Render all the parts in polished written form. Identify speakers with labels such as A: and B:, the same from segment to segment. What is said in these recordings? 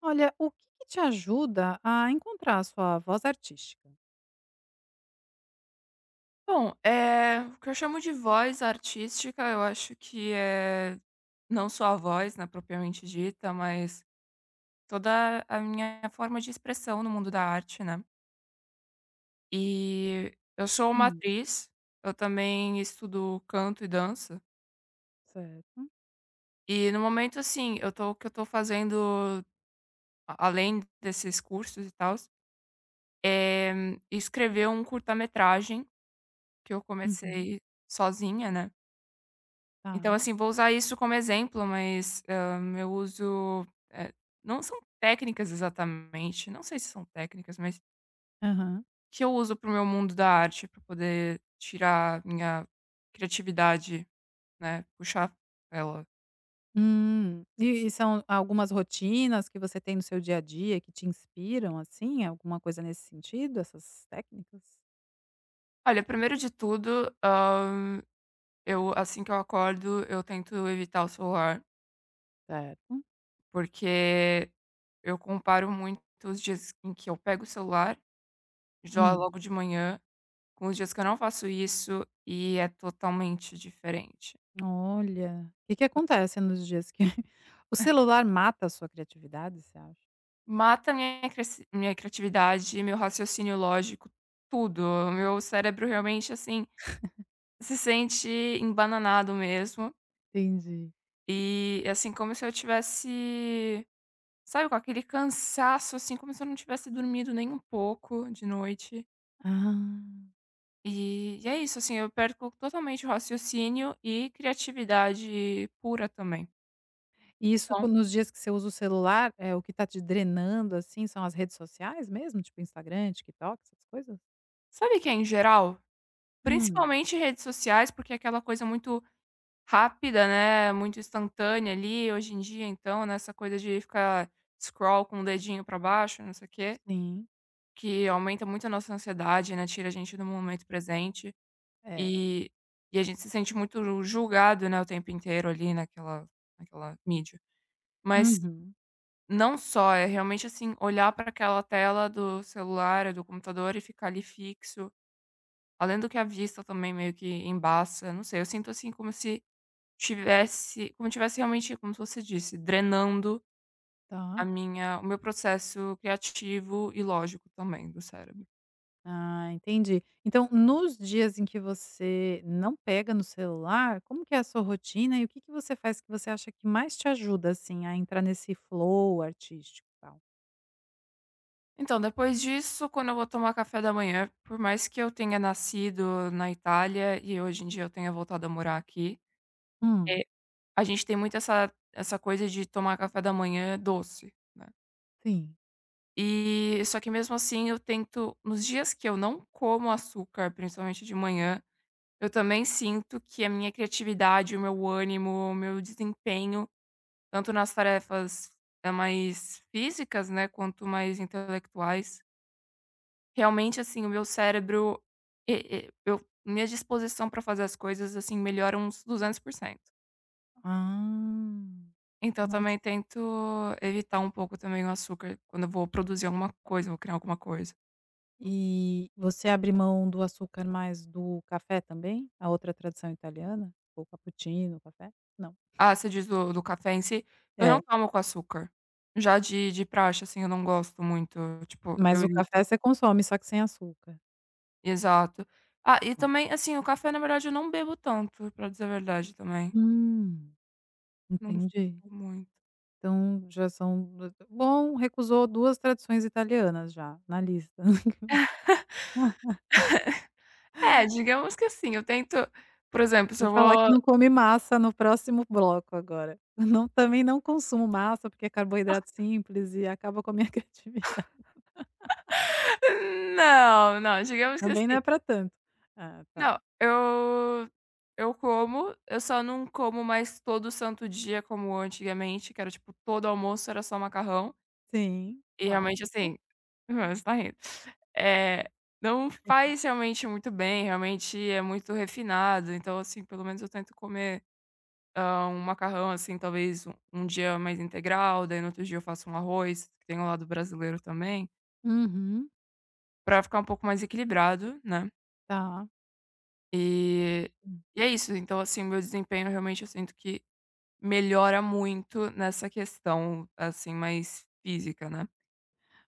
A: Olha, o que que te ajuda a encontrar a sua voz artística?
B: Bom, é o que eu chamo de voz artística, eu acho que é não só a voz, né, propriamente dita, mas toda a minha forma de expressão no mundo da arte, né. E eu sou uma
A: Hum.
B: atriz, eu também estudo canto e dança,
A: Certo.
B: e no momento, assim, eu tô o que eu tô fazendo a além desses cursos e tal é escrever um curta-metragem que eu
A: Uhum.
B: comecei sozinha, né. Então,
A: Tá.
B: assim, vou usar isso como exemplo, mas, eu uso, não são técnicas exatamente, não sei se são técnicas, mas
A: Aham.
B: que eu uso para o meu mundo da arte para poder tirar minha criatividade, né, puxar ela.
A: Hum. E são algumas rotinas que você tem no seu dia a dia que te inspiram, assim? Alguma coisa nesse sentido, essas técnicas?
B: Olha, primeiro de tudo, eu assim que eu acordo, eu tento evitar o celular,
A: Certo.
B: porque eu comparo muito os dias em que eu pego o celular, já
A: Hum.
B: logo de manhã. Os dias que eu não faço isso e é totalmente diferente.
A: Olha, o que que
B: Tota
A: acontece nos dias que o celular mata a sua criatividade, você acha?
B: mata minha criatividade, meu raciocínio lógico, tudo. O meu cérebro realmente, assim, se sente embananado mesmo,
A: Entendi.
B: e é assim como se eu tivesse, sabe, com aquele cansaço, assim, como se eu não tivesse dormido nem um pouco de noite.
A: Ah.
B: E é isso, assim, eu perco totalmente o raciocínio e criatividade pura também.
A: E isso
B: Então,
A: quan nos dias que você usa o celular, o que tá te drenando, assim, são as redes sociais mesmo? Tipo Instagram, TikTok, essas coisas?
B: sabe que é em geral?
A: Hum,
B: Principalmente redes sociais, porque é aquela coisa muito rápida, né, muito instantânea ali, hoje em dia então, né, essa coisa de ficar scroll com o dedinho pra baixo, não sei o quê,
A: sim.
B: que aumenta muito a nossa ansiedade, né, tira a gente do momento presente,
A: É.
B: e e a gente se sente muito julgado, né, o tempo inteiro ali naquela mídia. Mas
A: Uhum.
B: não só, é realmente, assim, olhar para aquela tela do celular, do computador e ficar ali fixo, além do que a vista também meio que embaça, não sei, eu sinto assim como se tivesse realmente, como você disse, drenando a
A: Tá.
B: minha o meu processo criativo e lógico também do cérebro.
A: Ah, entendi. Então, nos dias em que você não pega no celular, como que é a sua rotina e o que que você faz que você acha que mais te ajuda, assim, a entrar nesse flow artístico e tal?
B: Então, depois disso, quando eu vou tomar café da manhã, por mais que eu tenha nascido na Itália e hoje em dia eu tenha voltado a morar aqui,
A: Hum,
B: eh, a gente tem muito essa coisa de tomar café da manhã doce, né.
A: sim.
B: E só que mesmo assim eu tento nos dias que eu não como açúcar, principalmente de manhã. Eu também sinto que a minha criatividade, o meu ânimo, o meu desempenho, tanto nas tarefas, mais físicas, né, quanto mais intelectuais, realmente, assim, o meu cérebro, e eu minha disposição para fazer as coisas, assim, melhora uns 200%.
A: Ah,
B: Então eu
A: nossa.
B: também tento evitar um pouco também o açúcar quando eu vou produzir alguma coisa, vou criar alguma coisa.
A: E você abre mão do açúcar, mais do café também? A outra tradição italiana? O cappuccino, o café? Não.
B: Ah, você diz do café em si, eu não
A: É,
B: tomo com açúcar. Já de praxe, assim, eu não gosto muito, tipo,
A: mas
B: eu
A: o
B: evito.
A: café você consome, só que sem açúcar.
B: Exato. Ah, e
A: Tá.
B: também, assim, o café, na verdade, eu não bebo tanto, pra dizer a verdade também.
A: Hum,
B: Não
A: entendi.
B: sou muito.
A: Então já são du bom, recusou 2 tradições italianas já na lista.
B: É, digamos que assim, eu tento, por exemplo, se
A: Vou
B: eu
A: falar que
B: vou
A: não come massa no próximo bloco agora. Não, também não consumo massa, porque é carboidrato simples e acaba com a minha criatividade.
B: não, não, digamos que
A: Também
B: assim,
A: não é para tanto. Ah, tá.
B: não, eu como, eu só não como mais todo santo dia como antigamente, que era, tipo, todo almoço era só macarrão,
A: Sim,
B: e realmente,
A: clássico.
B: assim aham, você tá rindo. é não faz realmente muito bem, realmente é muito refinado, então, assim, pelo menos eu tento comer um macarrão, assim, talvez um dia mais integral, daí no outro dia eu faço um arroz, que tem o lado brasileiro também,
A: Uhum,
B: pra ficar um pouco mais equilibrado, né.
A: tá.
B: E
A: Hum.
B: e é isso, então, assim, meu desempenho realmente eu sinto que melhora muito nessa questão, assim, mais física, né.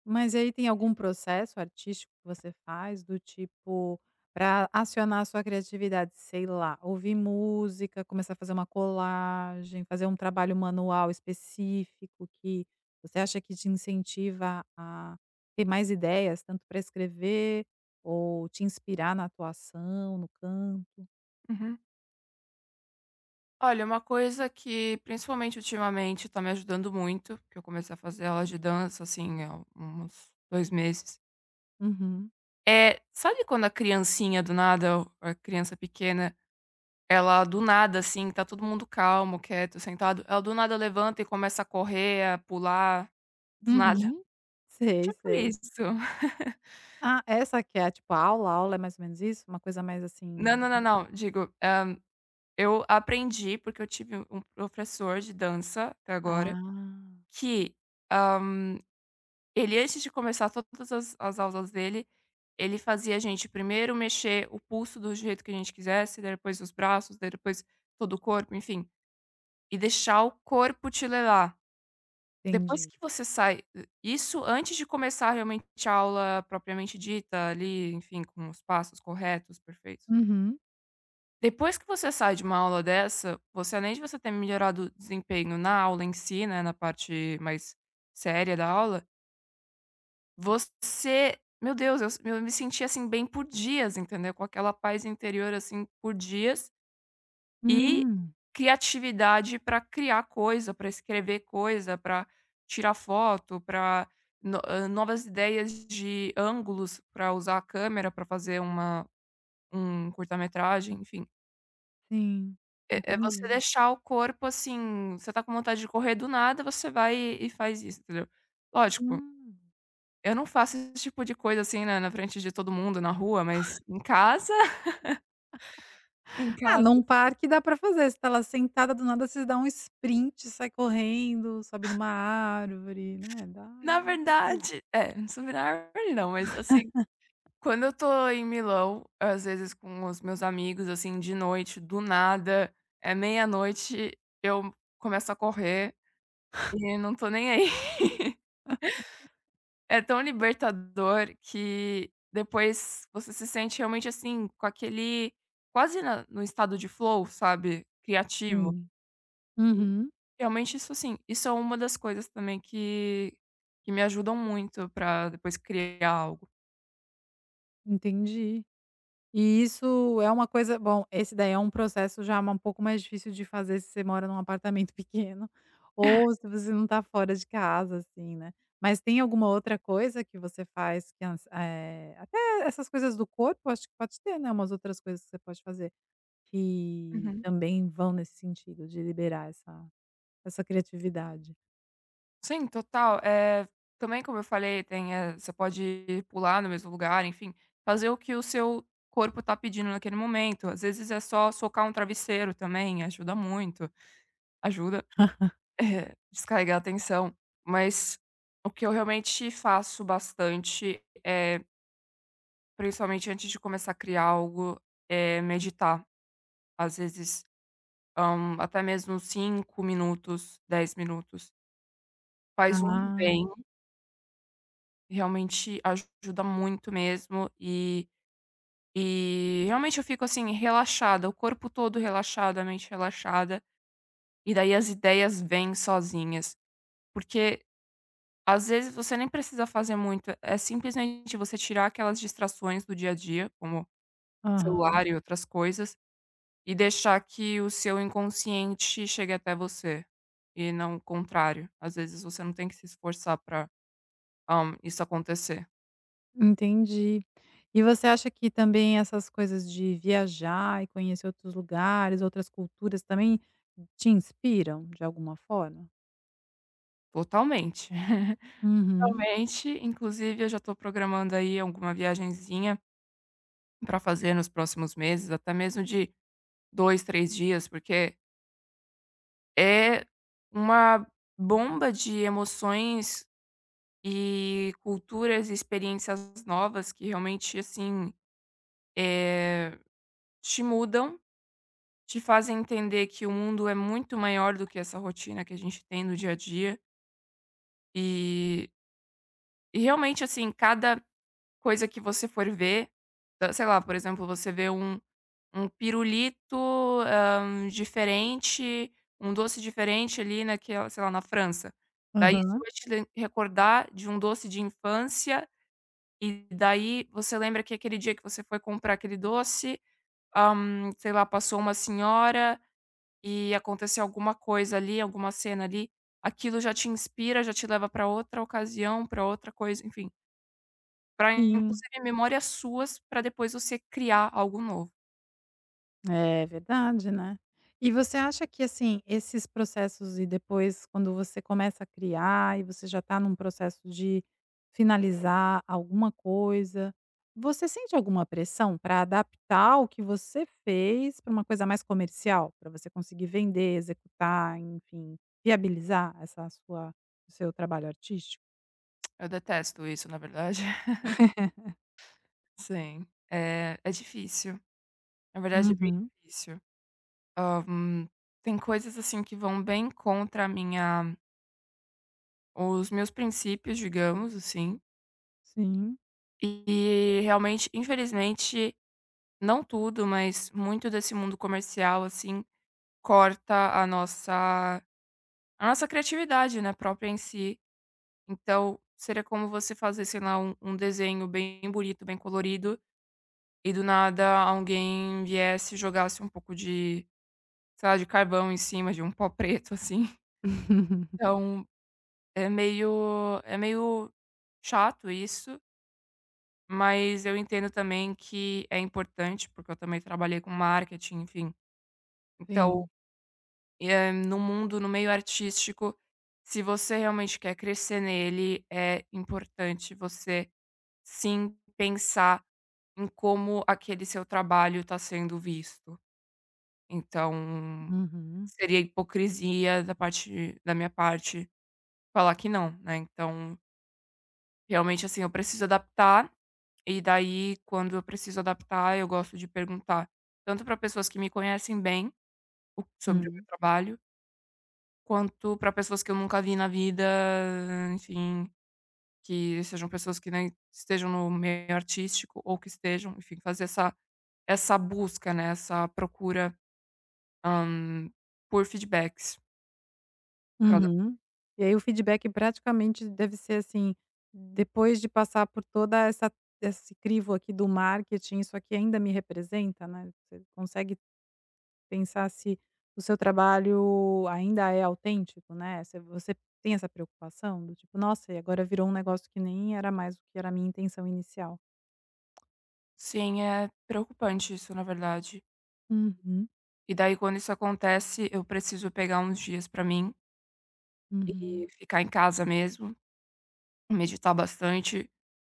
A: Mas aí tem algum processo artístico que você faz do tipo, para acionar a sua criatividade, sei lá, ouvir música, começar a fazer uma colagem, fazer um trabalho manual específico que você acha que te incentiva a ter mais ideias, tanto para escrever ou te inspirar na atuação, no canto?
B: Uhum. Olha, uma coisa que principalmente ultimamente tá me ajudando muito, que eu comecei a fazer aula de dança, assim, há uns 2 meses,
A: Uhum.
B: é sabe quando a criancinha do nada, a criança pequena. Ela do nada, assim, tá todo mundo calmo, quieto, sentado, ela do nada levanta e começa a correr, a pular, do nada.
A: Uhum. Sei,
B: Tipo
A: sei.
B: isso.
A: Ah, essa que é tipo a aula é mais ou menos isso? Uma coisa mais
B: Não,
A: assim.
B: não, não, não, digo, eu aprendi, porque eu tive um professor de dança até agora,
A: Ah,
B: que, hã, ele antes de começar todas as aulas dele, ele fazia a gente primeiro mexer o pulso do jeito que a gente quisesse, daí depois os braços, daí depois todo o corpo, enfim, e deixar o corpo te levar. Depois
A: entendi.
B: que você sai, isso antes de começar realmente a aula propriamente dita, ali, enfim, com os passos corretos, perfeitos.
A: Uhum.
B: Depois que você sai de uma aula dessa, você além de você ter melhorado o desempenho na aula em si, né, na parte mais séria da aula, você, meu Deus, eu me senti, assim, bem por dias, entendeu, com aquela paz interior, assim, por dias. E
A: Hum,
B: criatividade para criar coisa, para escrever coisa, para tirar foto, para novas ideias de ângulos para usar a câmera para fazer uma um curta-metragem, enfim.
A: sim,
B: É é você
A: entendi.
B: deixar o corpo, assim, você tá com vontade de correr do nada, você vai e faz isso, entendeu. Lógico,
A: Hum.
B: eu não faço esse tipo de coisa, assim, na frente de todo mundo, na rua, mas em casa em
A: Ah,
B: casa,
A: num parque dá pra fazer, você tá lá sentada, do nada você dá um sprint, sai correndo, sobe numa árvore, né, dá
B: na
A: dá dá pra fazer.
B: verdade é, subir na árvore não, mas assim, quando eu tô em Milão, às vezes com os meus amigos, assim, de noite, do nada, é meia-noite, eu começo a correr e não tô nem aí. É tão libertador que depois você se sente realmente assim, com aquele, quase na no estado de flow, sabe, criativo.
A: Sim. Uhum,
B: Realmente isso assim, isso é uma das coisas também que me ajudam muito pra depois criar algo.
A: entendi. E isso é uma coisa bom, esse daí é um processo já um pouco mais difícil de fazer se você mora num apartamento pequeno ou se você não tá fora de casa, assim, né. Mas tem alguma outra coisa que você faz que até essas coisas do corpo, acho que pode ter, né, umas outras coisas que você pode fazer que também vão nesse sentido de liberar essa criatividade.
B: Sim, total. Eh, também, como eu falei, tem, você pode pular no mesmo lugar, enfim, fazer o que o seu corpo tá pedindo naquele momento. Às vezes é só socar um travesseiro também, ajuda muito, ajuda, descarregar a tensão. Mas o que eu realmente faço bastante é, principalmente antes de começar a criar algo, é meditar. Às vezes, até mesmo 5 minutos, 10 minutos. Faz um
A: Ah,
B: bem. Realmente ajuda muito mesmo, e realmente eu fico, assim, relaxada, o corpo todo relaxado, a mente relaxada, e daí as ideias vêm sozinhas. Porque às vezes você nem precisa fazer muito, é simplesmente você tirar aquelas distrações do dia a dia, como
A: aham.
B: celular e outras coisas, e deixar que o seu inconsciente chegue até você, e não o contrário. Às vezes você não tem que se esforçar pra, isso acontecer.
A: Entendi. E você acha que também essas coisas de viajar e conhecer outros lugares, outras culturas também te inspiram de alguma forma?
B: Totalmente.
A: Uhum.
B: Totalmente, inclusive eu já estou programando aí alguma viagenzinha para fazer nos próximos meses, até mesmo de 2, 3 dias, porque é uma bomba de emoções e culturas e experiências novas que realmente, assim, eh, te mudam, te fazem entender que o mundo é muito maior do que essa rotina que a gente tem no dia a dia, e e realmente, assim, cada coisa que você for ver, sei lá, por exemplo, você vê um pirulito, diferente, um doce diferente ali naquela, sei lá, na França. Daí isso
A: Aham.
B: vai te lem recordar de um doce de infância, e daí você lembra que aquele dia que você foi comprar aquele doce, sei lá, passou uma senhora e aconteceu alguma coisa ali, alguma cena ali, aquilo já te inspira, já te leva para outra ocasião, para outra coisa, enfim, para
A: Sim.
B: inclusive memórias suas para depois você criar algo novo.
A: É verdade, né. E você acha que, assim, esses processos e depois quando você começa a criar e você já está num processo de finalizar alguma coisa, você sente alguma pressão para adaptar o que você fez para uma coisa mais comercial? Para você conseguir vender, executar, enfim, viabilizar essa sua o seu trabalho artístico?
B: Eu detesto isso, na verdade. Sim, é é difícil. Na verdade é bem
A: Uhum,
B: difícil. Hã, hum, tem coisas, assim, que vão bem contra a minha os meus princípios, digamos assim,
A: sim.
B: e realmente, infelizmente, não tudo, mas muito desse mundo comercial, assim, corta a nossa criatividade, né, própria em si. Então, seria como você fazer, sei lá, um desenho bem bonito, bem colorido, e do nada alguém viesse e jogasse um pouco de, sei lá, de carvão em cima de um pó preto, assim. Então, é meio chato isso, mas eu entendo também que é importante, porque eu também trabalhei com marketing, enfim. Então,
A: Sim.
B: no meio artístico, se você realmente quer crescer nele, é importante você, sim, pensar em como aquele seu trabalho está sendo visto. Então,
A: Uhum.
B: seria hipocrisia da minha parte falar que não, né, então, realmente, assim, eu preciso adaptar, e daí quando eu preciso adaptar, eu gosto de perguntar tanto para pessoas que me conhecem bem, o sobre o meu
A: Hum.
B: trabalho, quanto para pessoas que eu nunca vi na vida, enfim, que sejam pessoas que nem estejam no meio artístico ou que estejam, enfim, fazer essa busca, né, essa procura, hã, por feedbacks pra dar.
A: Uhum. E aí o feedback praticamente deve ser assim, depois de passar por toda essa esse crivo aqui do marketing, isso aqui ainda me representa, né, você consegue pensar se o seu trabalho ainda é autêntico, né, você tem essa preocupação do tipo: "Nossa, e agora virou um negócio que nem era mais o que era a minha intenção inicial".
B: Sim, é preocupante isso, na verdade.
A: Uhum,
B: E daí quando isso acontece, eu preciso pegar uns dias pra mim e
A: uhum,
B: ficar em casa mesmo, meditar bastante,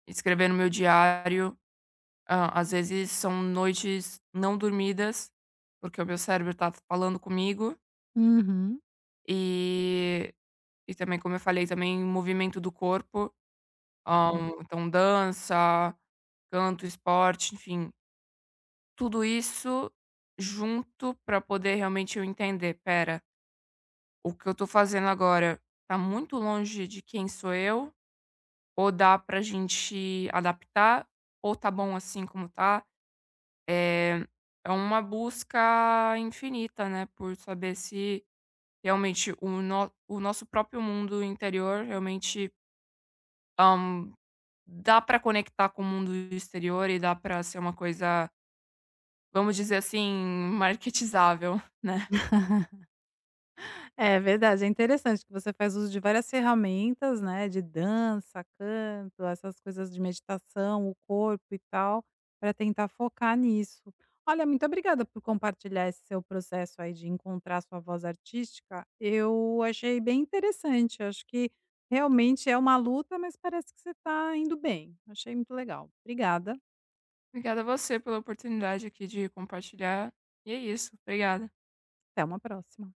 B: escrever no meu diário. Hã, às vezes são noites não dormidas, porque o meu cérebro tá falando comigo, e e também, como eu falei, também movimento do corpo,
A: uhum.
B: então dança, canto, esporte, enfim, tudo isso junto pra poder realmente eu entender: pera, o que eu tô fazendo agora tá muito longe de quem sou eu, ou dá pra gente adaptar, ou tá bom assim como tá. É é uma busca infinita, né, por saber se realmente o no o nosso próprio mundo interior realmente, hã, dá pra conectar com o mundo exterior e dá pra ser uma coisa, vamos dizer assim, marketizável, né.
A: É verdade, é interessante que você faz uso de várias ferramentas, né, de dança, canto, essas coisas de meditação, o corpo e tal, para tentar focar nisso. Olha, muito obrigada por compartilhar esse seu processo aí de encontrar sua voz artística. Eu achei bem interessante. Acho que realmente é uma luta, mas parece que você está indo bem. Achei muito legal. Obrigada.
B: Obrigada a você pela oportunidade aqui de compartilhar, e é isso, obrigada.
A: Até uma próxima.